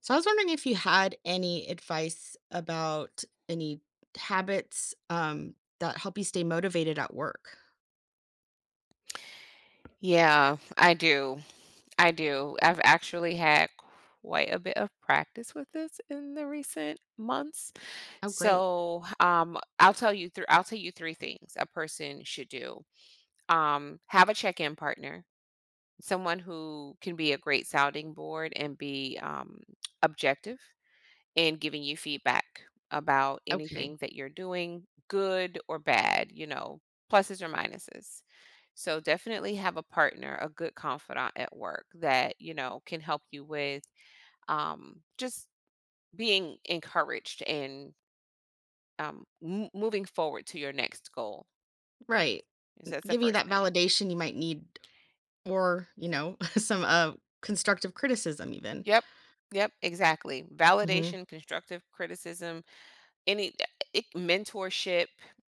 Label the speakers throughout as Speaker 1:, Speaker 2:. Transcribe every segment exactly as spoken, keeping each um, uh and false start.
Speaker 1: So I was wondering if you had any advice about any habits um, that help you stay motivated at work.
Speaker 2: Yeah, I do. I do. I've actually had quite a bit of practice with this in the recent months.
Speaker 1: Oh, great.
Speaker 2: So, um, I'll tell you through. I I'll tell you three things a person should do. Um, have a check-in partner, someone who can be a great sounding board and be um, objective and giving you feedback about
Speaker 1: Okay.
Speaker 2: anything that you're doing, good or bad, you know, pluses or minuses. So definitely have a partner, a good confidant at work that, you know, can help you with um, just being encouraged and um, m- moving forward to your next goal.
Speaker 1: Right.
Speaker 2: Is
Speaker 1: N-
Speaker 2: that's the
Speaker 1: Giving you
Speaker 2: first
Speaker 1: that
Speaker 2: thing.
Speaker 1: validation you might need, or you know, some uh, constructive criticism, even.
Speaker 2: Yep. Yep. Exactly.
Speaker 1: Hmm.
Speaker 2: Validation, constructive criticism, any eh, it, mentorship,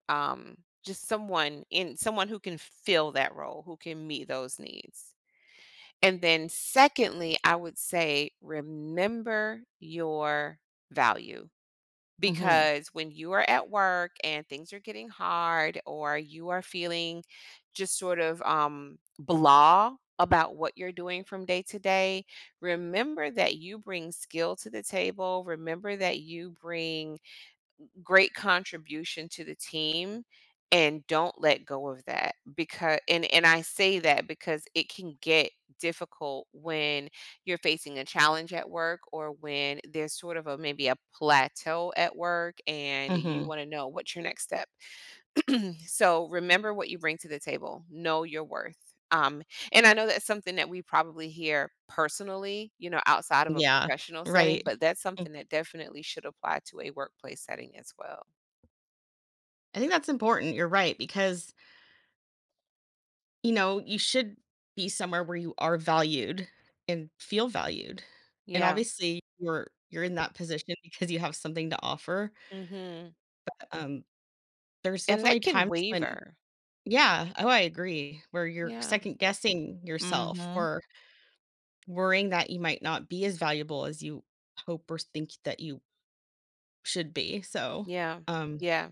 Speaker 2: um just someone in someone who can fill that role, who can meet those needs. And then secondly, I would say remember your value,
Speaker 1: Hmm.
Speaker 2: because when you are at work and things are getting hard or you are feeling just sort of um blah about what you're doing from day to day, remember that you bring skill to the table, remember that you bring great contribution to the team, and don't let go of that. Because and and I say that because it can get difficult when you're facing a challenge at work, or when there's sort of a maybe a plateau at work and you
Speaker 1: Hmm.
Speaker 2: want to know what's your next step. So remember what you bring to the table. Know your worth. Um, and I know that's something that we probably hear personally, you know, outside of a
Speaker 1: Yeah.
Speaker 2: professional setting,
Speaker 1: Right.
Speaker 2: but that's
Speaker 1: Mm.
Speaker 2: something that definitely should apply to a workplace setting as well.
Speaker 1: I think that's important. You're right, because You know, you should be somewhere where you are valued and feel valued, and
Speaker 2: Yeah.
Speaker 1: obviously, you're you're in that position because you have something to offer.
Speaker 2: Mhm.
Speaker 1: um, there's
Speaker 2: And
Speaker 1: definitely
Speaker 2: that can
Speaker 1: times when,
Speaker 2: waver.
Speaker 1: yeah, oh, I agree, where you're
Speaker 2: Yeah.
Speaker 1: second guessing yourself
Speaker 2: Mhm.
Speaker 1: or worrying that you might not be as valuable as you hope or think that you should be, so,
Speaker 2: Yeah.
Speaker 1: um
Speaker 2: Yeah.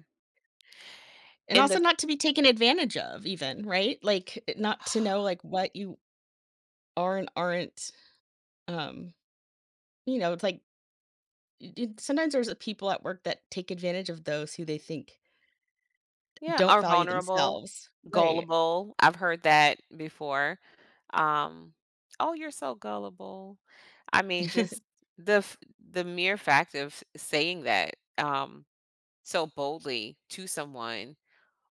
Speaker 1: and
Speaker 2: And
Speaker 1: also
Speaker 2: the
Speaker 1: not to be taken advantage of, even, right? Like, eh, not to know, like, what you are and aren't. um, you know, it's like Y y sometimes there's, uh, people at work that take advantage of those who they think
Speaker 2: Yeah,
Speaker 1: don't
Speaker 2: are
Speaker 1: value
Speaker 2: vulnerable,
Speaker 1: themselves. Right.
Speaker 2: gullible. I've heard that before. Um, "Oh, you're so gullible." I mean, just the f the mere fact of saying that, um, so boldly to someone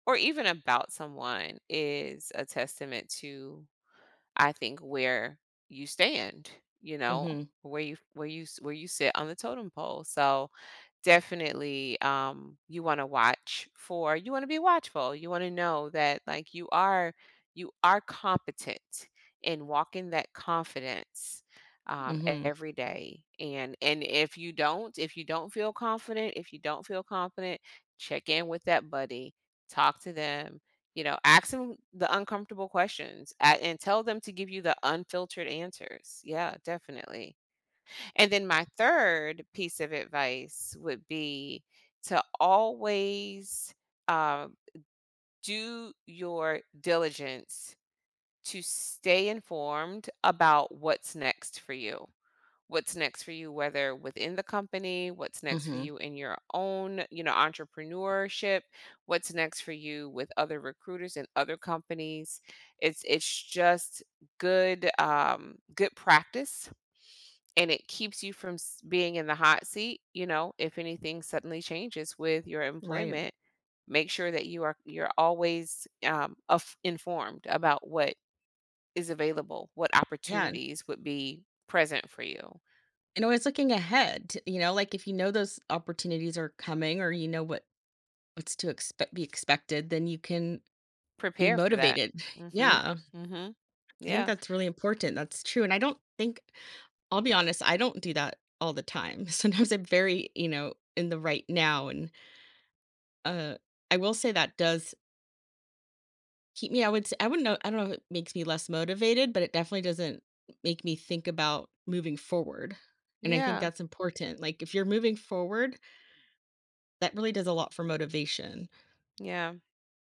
Speaker 2: or even about someone is a testament to, I think, where you stand, you know,
Speaker 1: Mhm,
Speaker 2: where you where you s- where you sit on the totem pole. So definitely um you want to watch for, you want to be watchful, you want to know that, like, you are, you are competent in walking that confidence, um,
Speaker 1: mhm,
Speaker 2: every day. And and if you don't, if you don't feel confident if you don't feel confident, check in with that buddy, talk to them, you know, ask them the uncomfortable questions, a- and tell them to give you the unfiltered answers. Yeah, definitely. And then my third piece of advice would be to always, um, do your diligence to stay informed about what's next for you. What's next for you, whether within the company, what's next for
Speaker 1: mhm,
Speaker 2: you in your own, you know, entrepreneurship, what's next for you with other recruiters and other companies. It's it's just good, um, good practice, and it keeps you from s- being in the hot seat. You know, if anything suddenly changes with your
Speaker 1: right.
Speaker 2: employment, make sure that you are, you're always, um, af- informed about what is available, what
Speaker 1: Yeah,
Speaker 2: opportunities would be present for you,
Speaker 1: and always looking ahead. t- you know, like, if you know those opportunities are coming, or you know what what's to expect, be expected, then you can be
Speaker 2: prepare for that.
Speaker 1: motivated.
Speaker 2: mm mhm
Speaker 1: Yeah,
Speaker 2: mm mhm
Speaker 1: I think
Speaker 2: yeah
Speaker 1: that's really important, that's true. And I don't think, I'll be honest, I don't do that all the time. Sometimes I'm very, you know, in the right now, and, uh, I will say that does keep me. I would I I wouldn't know I don't know if it makes me less motivated, but it definitely doesn't make me think about moving forward. And I think
Speaker 2: yeah
Speaker 1: that's important. Like, if you're moving forward, that really does a lot for motivation.
Speaker 2: yeah.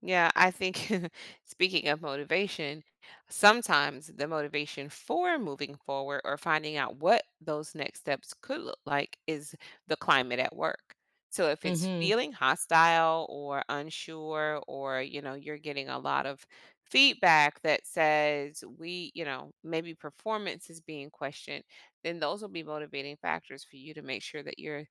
Speaker 2: Yeah, I think, speaking of motivation, sometimes the motivation for moving forward or finding out what those next steps could look like is the climate at work. So if it's
Speaker 1: Mhm.
Speaker 2: feeling hostile or unsure, or you know you're getting a lot of feedback that says, we, you know, maybe performance is being questioned, then those will be motivating factors for you to make sure that you're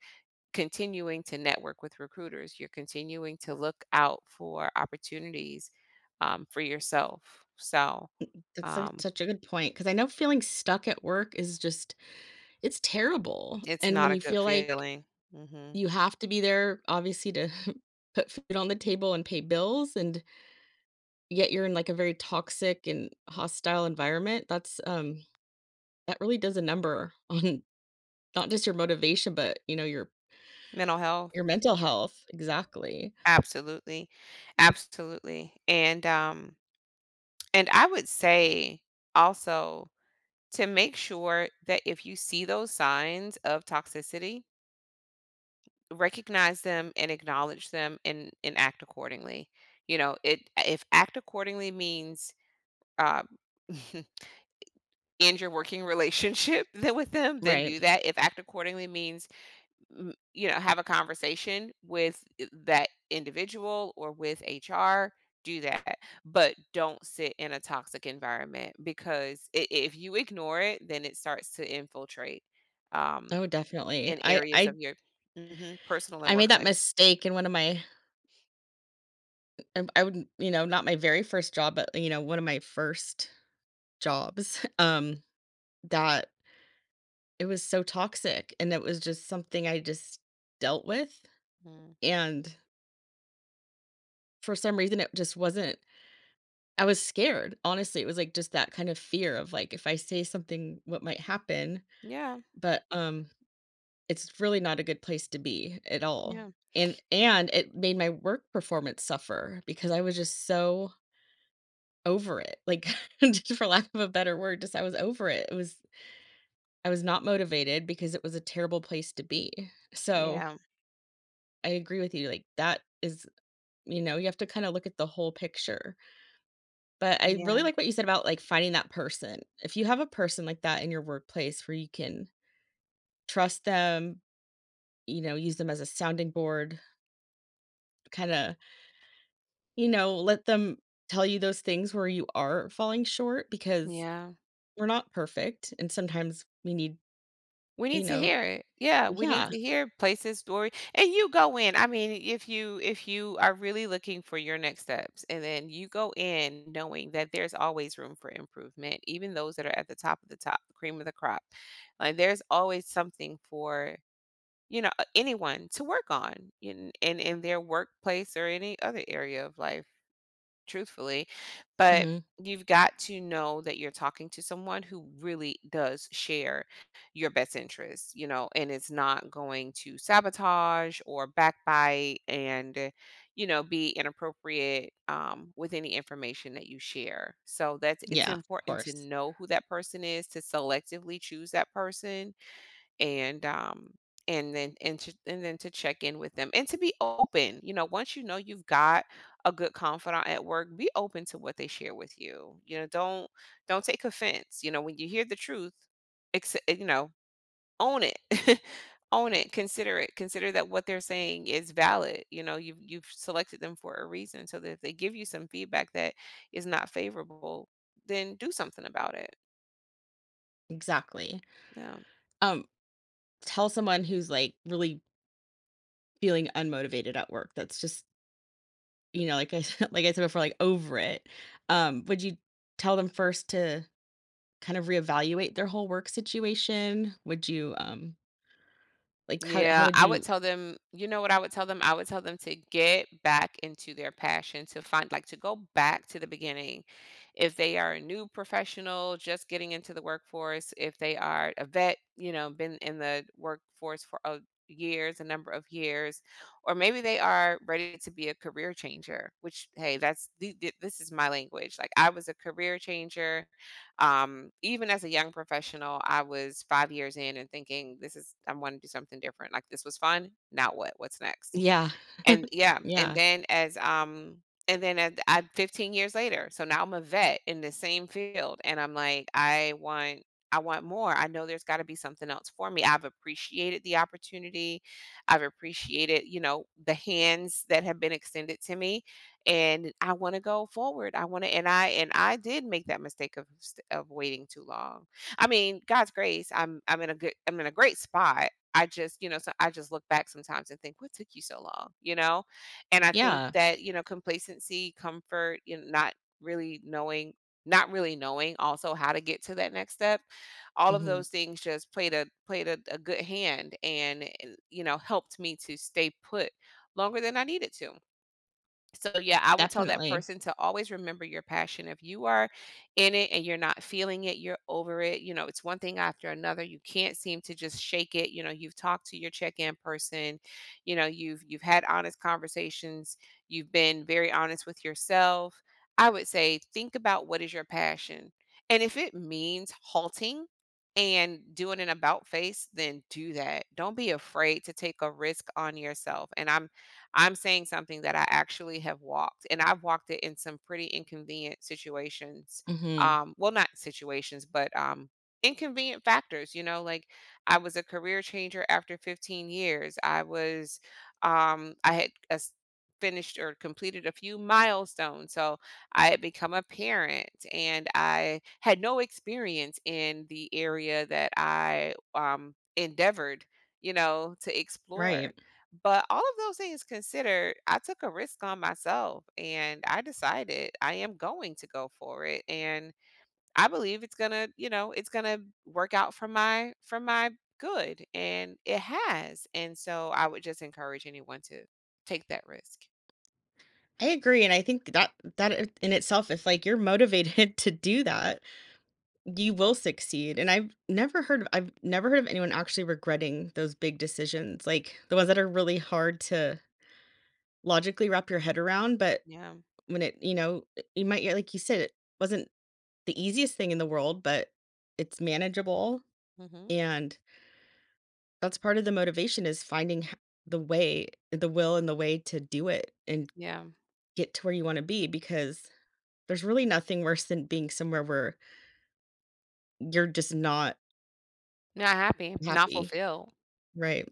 Speaker 2: continuing to network with recruiters. You're continuing to look out for opportunities, um, for yourself. So
Speaker 1: That's su
Speaker 2: um,
Speaker 1: such a good point. Because I know feeling stuck at work is just it's terrible.
Speaker 2: it's
Speaker 1: And when
Speaker 2: not a
Speaker 1: you
Speaker 2: good
Speaker 1: feel like
Speaker 2: feeling. Hmm.
Speaker 1: you have to be there, obviously, to put food on the table and pay bills, and yet you're in, like, a very toxic and hostile environment, that's, um that really does a number on not just your motivation, but, you know, your
Speaker 2: Mental health.
Speaker 1: your mental health. Exactly.
Speaker 2: Absolutely, absolutely. And um, and I would say also, to make sure that if you see those signs of toxicity, recognize them and acknowledge them and and act accordingly. You know, it, if act accordingly means uh, end your working relationship then with them, then
Speaker 1: Right.
Speaker 2: do that. If act accordingly means, mm, you know, have a conversation with i- that individual or with H R, do that. But don't sit in a toxic environment, because i- if you ignore it, then it starts to infiltrate, um,
Speaker 1: Oh, definitely.
Speaker 2: in
Speaker 1: I
Speaker 2: areas
Speaker 1: I
Speaker 2: of your, mhm, personal and
Speaker 1: I made
Speaker 2: work
Speaker 1: that
Speaker 2: life.
Speaker 1: mistake in one of my. Um, I would you know, Not my very first job, but, you know, one of my first jobs. Um, that it was so toxic, and it was just something I just dealt with.
Speaker 2: Mm.
Speaker 1: And for some reason, it just wasn't I was scared, honestly. It was, like, just that kind of fear of, like, if I say something, what might happen,
Speaker 2: Yeah,
Speaker 1: but, um, it's really not a good place to be at all.
Speaker 2: yeah,
Speaker 1: And and it made my work performance suffer because I was just so over it, like, just for lack of a better word, just I was over it. It was I was not motivated because it was a terrible place to be. So,
Speaker 2: yeah,
Speaker 1: I agree with you, like, that is you know, you have to kinda look at the whole picture. But I really
Speaker 2: yeah,
Speaker 1: like what you said about, like, finding that person. If you have a person like that in your workplace where you can trust them, you know, use them as a sounding board, kinda, you know, let them tell you those things where you are falling short, because
Speaker 2: yeah.
Speaker 1: we're not perfect, and sometimes we need,
Speaker 2: We
Speaker 1: you
Speaker 2: need to
Speaker 1: know,
Speaker 2: hear it. Yeah, we need
Speaker 1: Yeah.
Speaker 2: to hear places, story, and you go in. I mean, if you if you are really looking for your next steps, and then you go in knowing that there's always room for improvement, even those that are at the top of the top, the cream of the crop. Like, there's always something for, you know, uh, anyone to work on in in, in their workplace or any other area of life, truthfully. But
Speaker 1: Mhm.
Speaker 2: you've got to know that you're talking to someone who really does share your best interests, you know, and it's not going to sabotage or backbite and, you know, be inappropriate, um, with any information that you share. So that's, it's
Speaker 1: Yeah, of
Speaker 2: important to
Speaker 1: course.
Speaker 2: know who that person is, to selectively choose that person. And um and then and to, and then to check in with them and to be open. You know, once you know you've got a good confidant at work, be open to what they share with you. You know, don't don't take offense, you know, when you hear the truth. Accept, you know, own it, own it, consider it, consider that what they're saying is valid. You know, you've you've selected them for a reason, so that if they give you some feedback that is not favorable, then do something about it.
Speaker 1: Exactly.
Speaker 2: Yeah.
Speaker 1: Um, Tell someone who's, like, really feeling unmotivated at work, that's just, you know, like I like I said before, like, over it. Um, would you tell them first to kind of reevaluate their whole work situation? Would you, um, like, how how
Speaker 2: Yeah,
Speaker 1: would
Speaker 2: I would
Speaker 1: you?
Speaker 2: tell them, you know what I would tell them? I would tell them to get back into their passion, to find, like, to go back to the beginning. If they are a new professional just getting into the workforce, if they are a vet, you know, been in the workforce for a years, a number of years, or maybe they are ready to be a career changer, which, hey, that's the, the- this is my language. Like, I was a career changer, um, even as a young professional, I was five years in and thinking, "This is, I wanna do something different." Like, "This was fun. Now what? What's next?"
Speaker 1: Yeah,
Speaker 2: And yeah, and
Speaker 1: yeah,
Speaker 2: then as, um and then at I fifteen years later, so now I'm a vet in the same field, and I'm like, "I want, I want more. I know there's gotta be something else for me." I've appreciated the opportunity. I've appreciated, you know, the hands that have been extended to me, and I wanna go forward. I wanna and I and I did make that mistake of st of waiting too long. I mean, God's grace, I'm I'm in a good I'm in a great spot. I just, you know, so I just look back sometimes and think, what took you so long, you know? And I think
Speaker 1: yeah.
Speaker 2: that, you know, complacency, comfort, you know, not really knowing, not really knowing also how to get to that next step, all of
Speaker 1: Mhm.
Speaker 2: those things just played a played a, a good hand, and, and, you know, helped me to stay put longer than I needed to. So yeah, I would tell that
Speaker 1: Definitely.
Speaker 2: person to always remember your passion. If you are in it and you're not feeling it, you're over it. You know, it's one thing after another. You can't seem to just shake it. You know, you've talked to your check-in person, you know, you've you've had honest conversations, you've been very honest with yourself. I would say think about what is your passion. And if it means halting and doing an about face, then do that. Don't be afraid to take a risk on yourself. And I'm I'm saying something that I actually have walked, and I've walked it in some pretty inconvenient situations.
Speaker 1: Mhm.
Speaker 2: Um, well, not situations, but um, inconvenient factors. You know, like, I was a career changer after fifteen years. I was, um, I had a s- finished or completed a few milestones. So I had become a parent, and I had no experience in the area that I, um, endeavored, you know, to explore.
Speaker 1: Right.
Speaker 2: But all of those things considered, I took a risk on myself and I decided I am going to go for it, and I believe it's going to, you know, it's going to work out for my for my good, and it has. And so I would just encourage anyone to take that risk.
Speaker 1: I agree, and I think that that I in itself, if, like, you're motivated to do that, you will succeed. And i've never heard of, i've never heard of anyone actually regretting those big decisions, like the ones that are really hard to logically wrap your head around. But
Speaker 2: Yeah.
Speaker 1: when it you know it- you might, yeah, like you said, it wasn't the easiest thing in the world, but it's manageable.
Speaker 2: Mhm.
Speaker 1: And that's part of the motivation, is finding h- the way, the will and the way to do it, and
Speaker 2: Yeah.
Speaker 1: get to where you want to be. Because there's really nothing worse than being somewhere where you're just not
Speaker 2: Not happy, not
Speaker 1: happy.
Speaker 2: fulfilled.
Speaker 1: Right.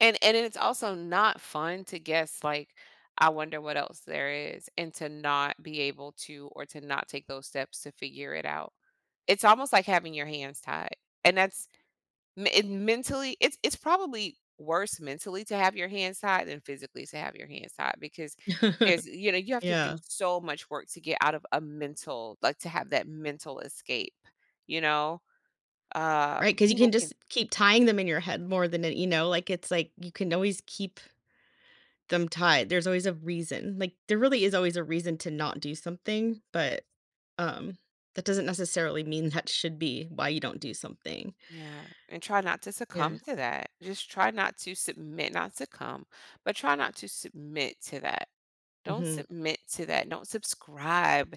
Speaker 2: And and it's also not fun to guess, like, I wonder what else there is, and to not be able to, or to not take those steps to figure it out. It's almost like having your hands tied, and that's me it mentally, it's it's probably worse mentally to have your hands tied than physically to have your hands tied, because there's, you know, you have to do
Speaker 1: Yeah.
Speaker 2: so much work to get out of a mental, like, to have that mental escape, you know? Um,
Speaker 1: Right, because you
Speaker 2: people
Speaker 1: can
Speaker 2: can,
Speaker 1: just keep tying them in your head more than it, you know, like, it's like you can always keep them tied. There's always a reason. Like, there really is always a reason to not do something, but, um, that doesn't necessarily mean that should be why you don't do something.
Speaker 2: yeah, and try not to
Speaker 1: Yeah.
Speaker 2: succumb to that. Just try not to submit, not succumb, but try not to submit to that. Don't
Speaker 1: Mhm.
Speaker 2: submit to that. Don't subscribe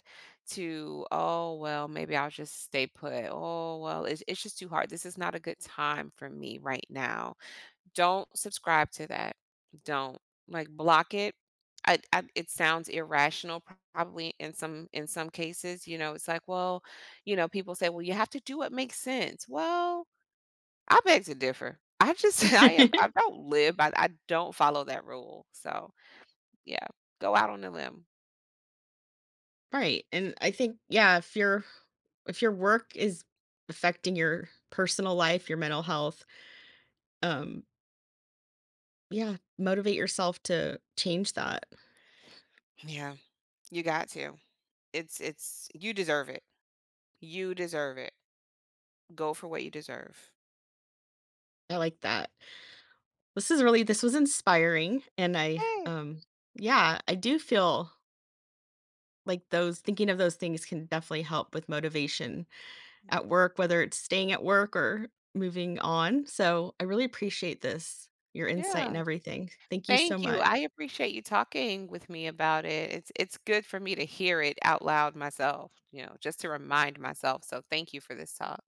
Speaker 2: to, oh, well, maybe I'll just stay put. Oh, well, it's, it's just too hard. This is not a good time for me right now. Don't subscribe to that. Don't, like, block it. I, I, it sounds irrational probably in some in some cases, you know, it's like, well, you know, people say, well, you have to do what makes sense. Well, I beg to differ. I just I am I don't live by, I don't follow that rule. So yeah, go out on a limb.
Speaker 1: Right, and I think, yeah, if your if your work is affecting your personal life, your mental health, um, yeah, motivate yourself to change that.
Speaker 2: Yeah, you got to. It's it's, you deserve it. You deserve it. Go for what you deserve.
Speaker 1: I like that. This is really this was inspiring, and I
Speaker 2: Hey,
Speaker 1: um yeah, I do feel like those, thinking of those things, can definitely help with motivation at work, whether it's staying at work or moving on. So, I really appreciate this, your insight
Speaker 2: yeah.
Speaker 1: and everything. Thank you so
Speaker 2: Thank you. I
Speaker 1: much.
Speaker 2: appreciate you talking with me about it. It's it's good for me to hear it out loud myself, you know, just to remind myself. So thank you for this talk.